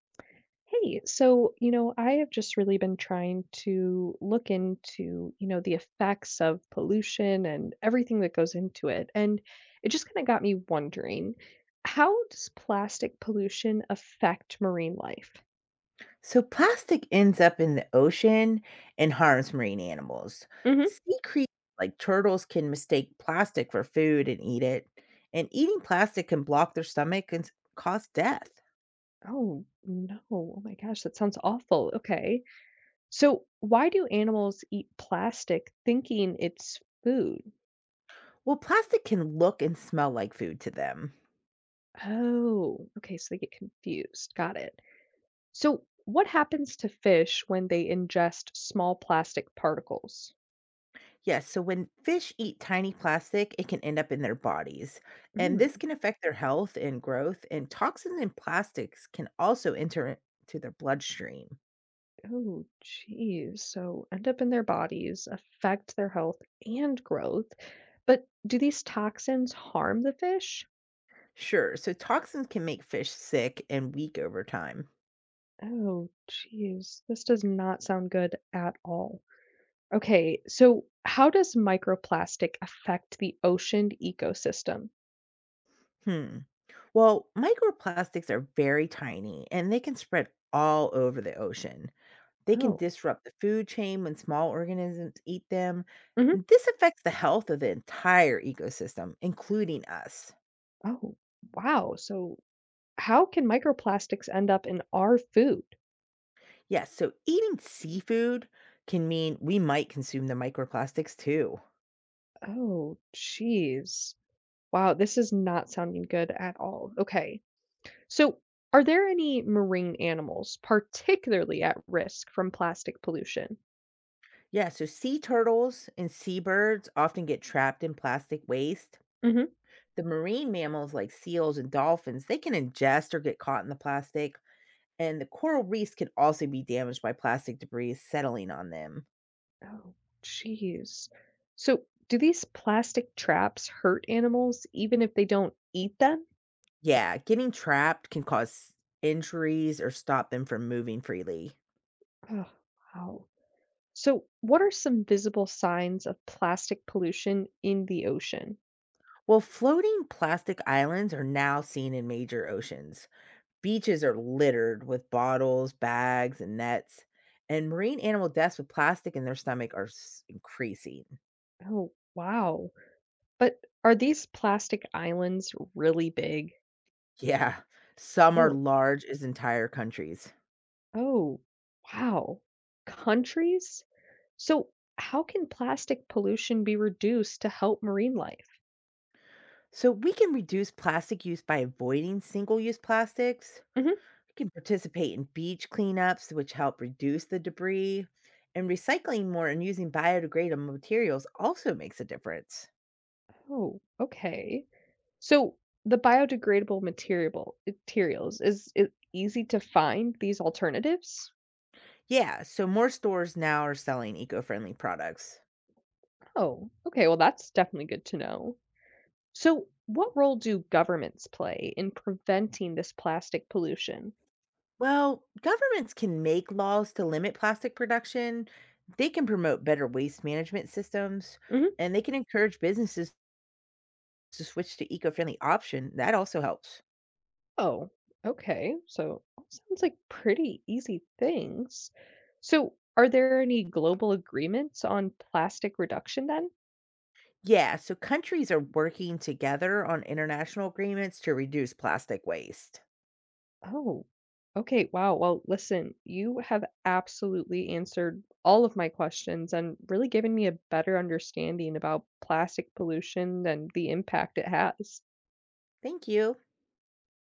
Hey, so, I have just really been trying to look into, the effects of pollution and everything that goes into it. And it just kind of got me wondering, how does plastic pollution affect marine life? So plastic ends up in the ocean and harms marine animals. Hmm. Sea creatures like turtles can mistake plastic for food and eat it. And eating plastic can block their stomach and cause death. Oh, no. Oh my gosh, that sounds awful. Okay. So, why do animals eat plastic thinking it's food? Well, plastic can look and smell like food to them. Oh, okay, so they get confused. Got it. So, what happens to fish when they ingest small plastic particles? Yes, so when fish eat tiny plastic, it can end up in their bodies. And this Mm. can affect their health and growth. And toxins and plastics can also enter into their bloodstream. Oh, geez. So, end up in their bodies, affect their health and growth. But do these toxins harm the fish? Sure, so toxins can make fish sick and weak over time. Oh, geez. This does not sound good at all. Okay, so how does microplastic affect the ocean ecosystem? Hmm. Well, microplastics are very tiny and they can spread all over the ocean. They can Oh. disrupt the food chain when small organisms eat them. Hmm. This affects the health of the entire ecosystem, including us. Oh, wow. So, how can microplastics end up in our food? Yes, so eating seafood can mean we might consume the microplastics too. Oh, jeez. Wow, this is not sounding good at all. Okay. So, are there any marine animals particularly at risk from plastic pollution? Yeah, so sea turtles and seabirds often get trapped in plastic waste. Hmm. The marine mammals like seals and dolphins, they can ingest or get caught in the plastic. And the coral reefs can also be damaged by plastic debris settling on them. Oh, jeez. So, do these plastic traps hurt animals even if they don't eat them? Yeah, getting trapped can cause injuries or stop them from moving freely. Oh, wow. So, what are some visible signs of plastic pollution in the ocean? Well, floating plastic islands are now seen in major oceans. Beaches are littered with bottles, bags, and nets, and marine animal deaths with plastic in their stomach are increasing. Oh, wow. But are these plastic islands really big? Yeah, some are Oh. large as entire countries. Oh, wow. Countries? So, how can plastic pollution be reduced to help marine life? So we can reduce plastic use by avoiding single use plastics, Mhm. can participate in beach cleanups, which help reduce the debris, and recycling more and using biodegradable materials also makes a difference. Oh, okay. So, the biodegradable materials, is it easy to find these alternatives? Yeah, so more stores now are selling eco friendly products. Oh, okay. Well, that's definitely good to know. So, what role do governments play in preventing this plastic pollution? Well, governments can make laws to limit plastic production. They can promote better waste management systems and they can encourage businesses to switch to eco-friendly option. That also helps. Oh, okay. So all sounds like pretty easy things. So are there any global agreements on plastic reduction then? Yeah, so countries are working together on international agreements to reduce plastic waste. Oh, okay. Wow. Well, listen, you have absolutely answered all of my questions and really given me a better understanding about plastic pollution and the impact it has. Thank you.